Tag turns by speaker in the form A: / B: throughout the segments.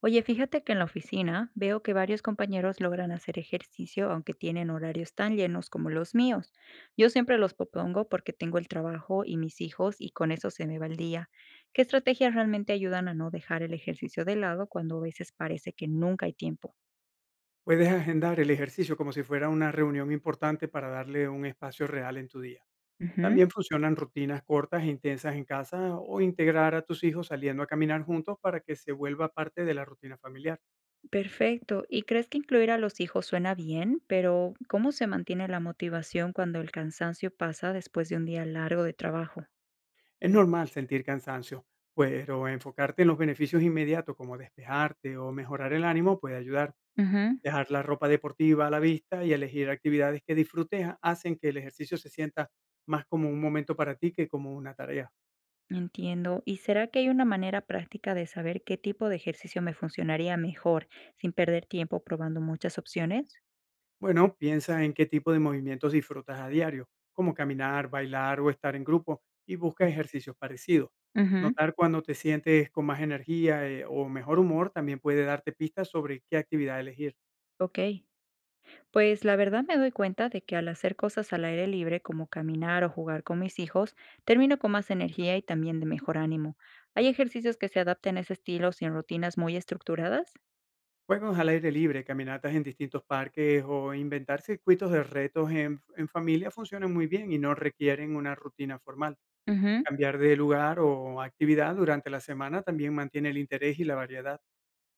A: Oye, fíjate que en la oficina veo que varios compañeros logran hacer ejercicio aunque tienen horarios tan llenos como los míos. Yo siempre los propongo porque tengo el trabajo y mis hijos y con eso se me va el día. ¿Qué estrategias realmente ayudan a no dejar el ejercicio de lado cuando a veces parece que nunca hay tiempo?
B: Puedes agendar el ejercicio como si fuera una reunión importante para darle un espacio real en tu día.
A: Ujú.
B: También funcionan rutinas cortas e intensas en casa o integrar a tus hijos saliendo a caminar juntos para que se vuelva parte de la rutina familiar.
A: Perfecto. ¿Y crees que incluir a los hijos suena bien? Pero ¿cómo se mantiene la motivación cuando el cansancio pasa después de un día largo de trabajo?
B: Es normal sentir cansancio, pero enfocarte en los beneficios inmediatos como despejarte o mejorar el ánimo puede ayudar.
A: Ujú.
B: Dejar la ropa deportiva a la vista y elegir actividades que disfrutes hacen que el ejercicio se sienta más como un momento para ti que como una tarea.
A: Entiendo. ¿Y será que hay una manera práctica de saber qué tipo de ejercicio me funcionaría mejor sin perder tiempo probando muchas opciones?
B: Bueno, piensa en qué tipo de movimientos disfrutas a diario, como caminar, bailar o estar en grupo, y busca ejercicios parecidos.
A: Ujú.
B: Notar cuando te sientes con más energía o mejor humor también puede darte pistas sobre qué actividad elegir.
A: Ok, pues la verdad me doy cuenta de que al hacer cosas al aire libre como caminar o jugar con mis hijos, termino con más energía y también de mejor ánimo. ¿Hay ejercicios que se adapten a ese estilo sin rutinas muy estructuradas?
B: Juegos al aire libre, caminatas en distintos parques o inventar circuitos de retos en familia funcionan muy bien y no requieren una rutina formal.
A: Ujú.
B: Cambiar de lugar o actividad durante la semana también mantiene el interés y la variedad.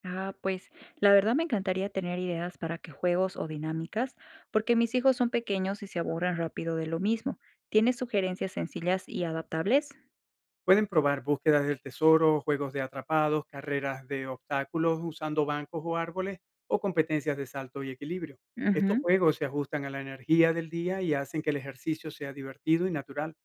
A: Ah, pues la verdad me encantaría tener ideas para que juegos o dinámicas, porque mis hijos son pequeños y se aburren rápido de lo mismo. ¿Tienes sugerencias sencillas y adaptables?
B: Pueden probar búsquedas del tesoro, juegos de atrapados, carreras de obstáculos usando bancos o árboles o competencias de salto y equilibrio. Estos
A: Ujú,
B: juegos se ajustan a la energía del día y hacen que el ejercicio sea divertido y natural.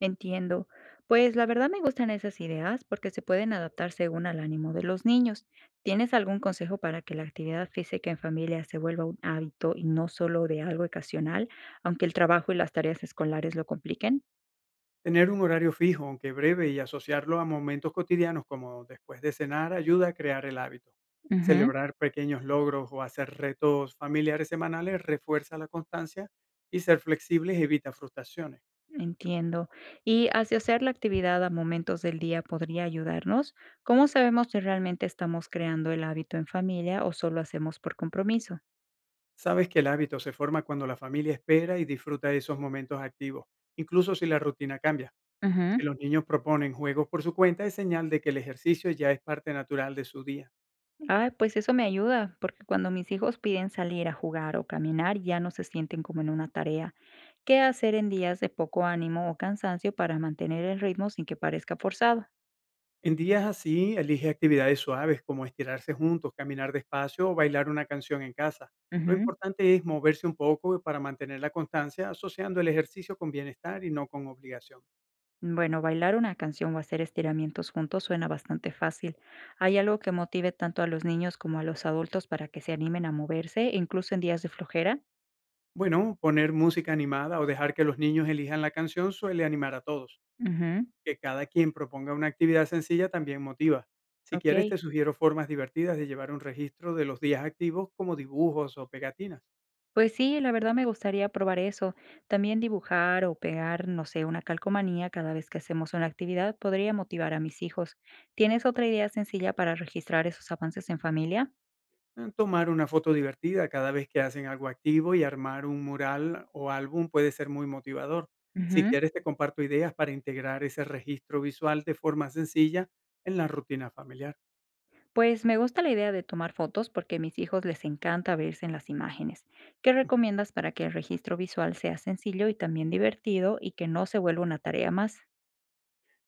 A: entiendo. Pues la verdad me gustan esas ideas porque se pueden adaptar según al ánimo de los niños. ¿Tienes algún consejo para que la actividad física en familia se vuelva un hábito y no solo de algo ocasional, aunque el trabajo y las tareas escolares lo compliquen?
B: Tener un horario fijo, aunque breve, y asociarlo a momentos cotidianos como después de cenar ayuda a crear el hábito.
A: Ujú.
B: Celebrar pequeños logros o hacer retos familiares semanales refuerza la constancia y ser flexibles evita frustraciones.
A: Entiendo. Y asociar la actividad a momentos del día podría ayudarnos. ¿Cómo sabemos si realmente estamos creando el hábito en familia o solo hacemos por compromiso?
B: Sabes que el hábito se forma cuando la familia espera y disfruta de esos momentos activos, incluso si la rutina cambia. Si
A: Ujú.
B: los niños proponen juegos por su cuenta, es señal de que el ejercicio ya es parte natural de su día.
A: Ah, pues eso me ayuda, porque cuando mis hijos piden salir a jugar o caminar, ya no se sienten como en una tarea. ¿Qué hacer en días de poco ánimo o cansancio para mantener el ritmo sin que parezca forzado?
B: En días así, elige actividades suaves como estirarse juntos, caminar despacio o bailar una canción en casa. Lo
A: Ujú.
B: importante es moverse un poco para mantener la constancia, asociando el ejercicio con bienestar y no con obligación.
A: Bueno, bailar una canción o hacer estiramientos juntos suena bastante fácil. ¿Hay algo que motive tanto a los niños como a los adultos para que se animen a moverse, incluso en días de flojera?
B: Bueno, poner música animada o dejar que los niños elijan la canción suele animar a todos.
A: Ujú.
B: Que cada quien proponga una actividad sencilla también motiva. Si
A: Ok.
B: quieres, te sugiero formas divertidas de llevar un registro de los días activos como dibujos o pegatinas.
A: Pues sí, la verdad me gustaría probar eso. También dibujar o pegar, no sé, una calcomanía cada vez que hacemos una actividad podría motivar a mis hijos. ¿Tienes otra idea sencilla para registrar esos avances en familia?
B: Tomar una foto divertida cada vez que hacen algo activo y armar un mural o álbum puede ser muy motivador. Si quieres, te comparto ideas para integrar ese registro visual de forma sencilla en la rutina familiar.
A: Pues me gusta la idea de tomar fotos porque a mis hijos les encanta verse en las imágenes. ¿Qué recomiendas para que el registro visual sea sencillo y también divertido y que no se vuelva una tarea más?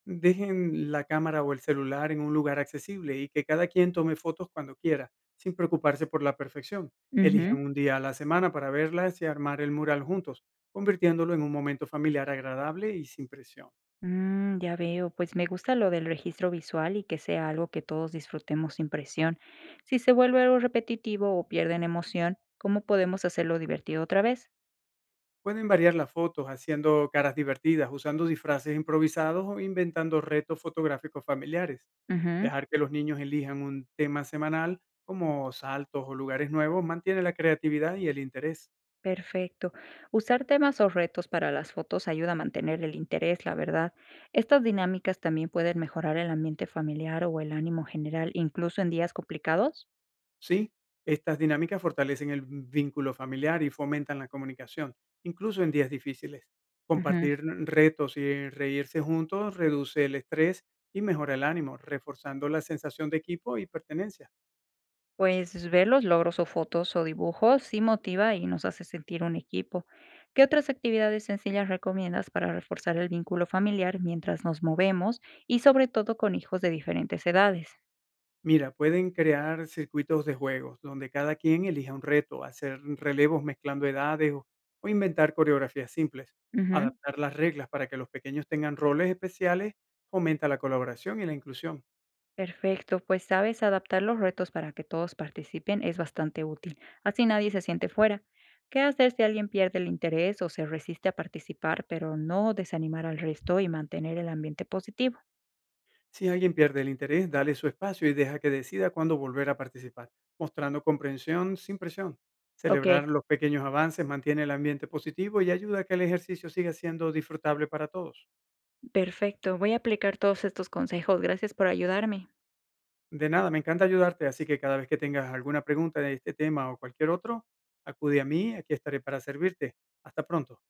B: Dejen la cámara o el celular en un lugar accesible y que cada quien tome fotos cuando quiera, sin preocuparse por la perfección.
A: Ujú.
B: Elijan un día a la semana para verlas y armar el mural juntos, convirtiéndolo en un momento familiar agradable y sin presión.
A: Mm, ya veo, pues me gusta lo del registro visual y que sea algo que todos disfrutemos sin presión. Si se vuelve algo repetitivo o pierden emoción, ¿cómo podemos hacerlo divertido otra vez?
B: Pueden variar las fotos haciendo caras divertidas, usando disfraces improvisados o inventando retos fotográficos familiares.
A: Ujú.
B: Dejar que los niños elijan un tema semanal como saltos o lugares nuevos mantiene la creatividad y el interés.
A: Perfecto. Usar temas o retos para las fotos ayuda a mantener el interés, la verdad. Estas dinámicas también pueden mejorar el ambiente familiar o el ánimo general, incluso en días complicados.
B: Sí, estas dinámicas fortalecen el vínculo familiar y fomentan la comunicación, incluso en días difíciles.
A: Ujú.
B: Compartir retos y reírse juntos reduce el estrés y mejora el ánimo, reforzando la sensación de equipo y pertenencia.
A: Pues ver los logros o fotos o dibujos sí motiva y nos hace sentir un equipo. ¿Qué otras actividades sencillas recomiendas para reforzar el vínculo familiar mientras nos movemos y sobre todo con hijos de diferentes edades?
B: Mira, pueden crear circuitos de juegos donde cada quien elija un reto, hacer relevos mezclando edades o inventar coreografías simples.
A: Ujú.
B: Adaptar las reglas para que los pequeños tengan roles especiales fomenta la colaboración y la inclusión.
A: Perfecto, pues sabes, adaptar los retos para que todos participen es bastante útil, así nadie se siente fuera. ¿Qué hacer si alguien pierde el interés o se resiste a participar, pero no desanimar al resto y mantener el ambiente positivo?
B: Si alguien pierde el interés, dale su espacio y deja que decida cuándo volver a participar, mostrando comprensión sin presión.
A: Ok,
B: Celebrar los pequeños avances mantiene el ambiente positivo y ayuda a que el ejercicio siga siendo disfrutable para todos.
A: perfecto. Voy a aplicar todos estos consejos. Gracias por ayudarme.
B: De nada, me encanta ayudarte, así que cada vez que tengas alguna pregunta de este tema o cualquier otro, acude a mí, aquí estaré para servirte. Hasta pronto.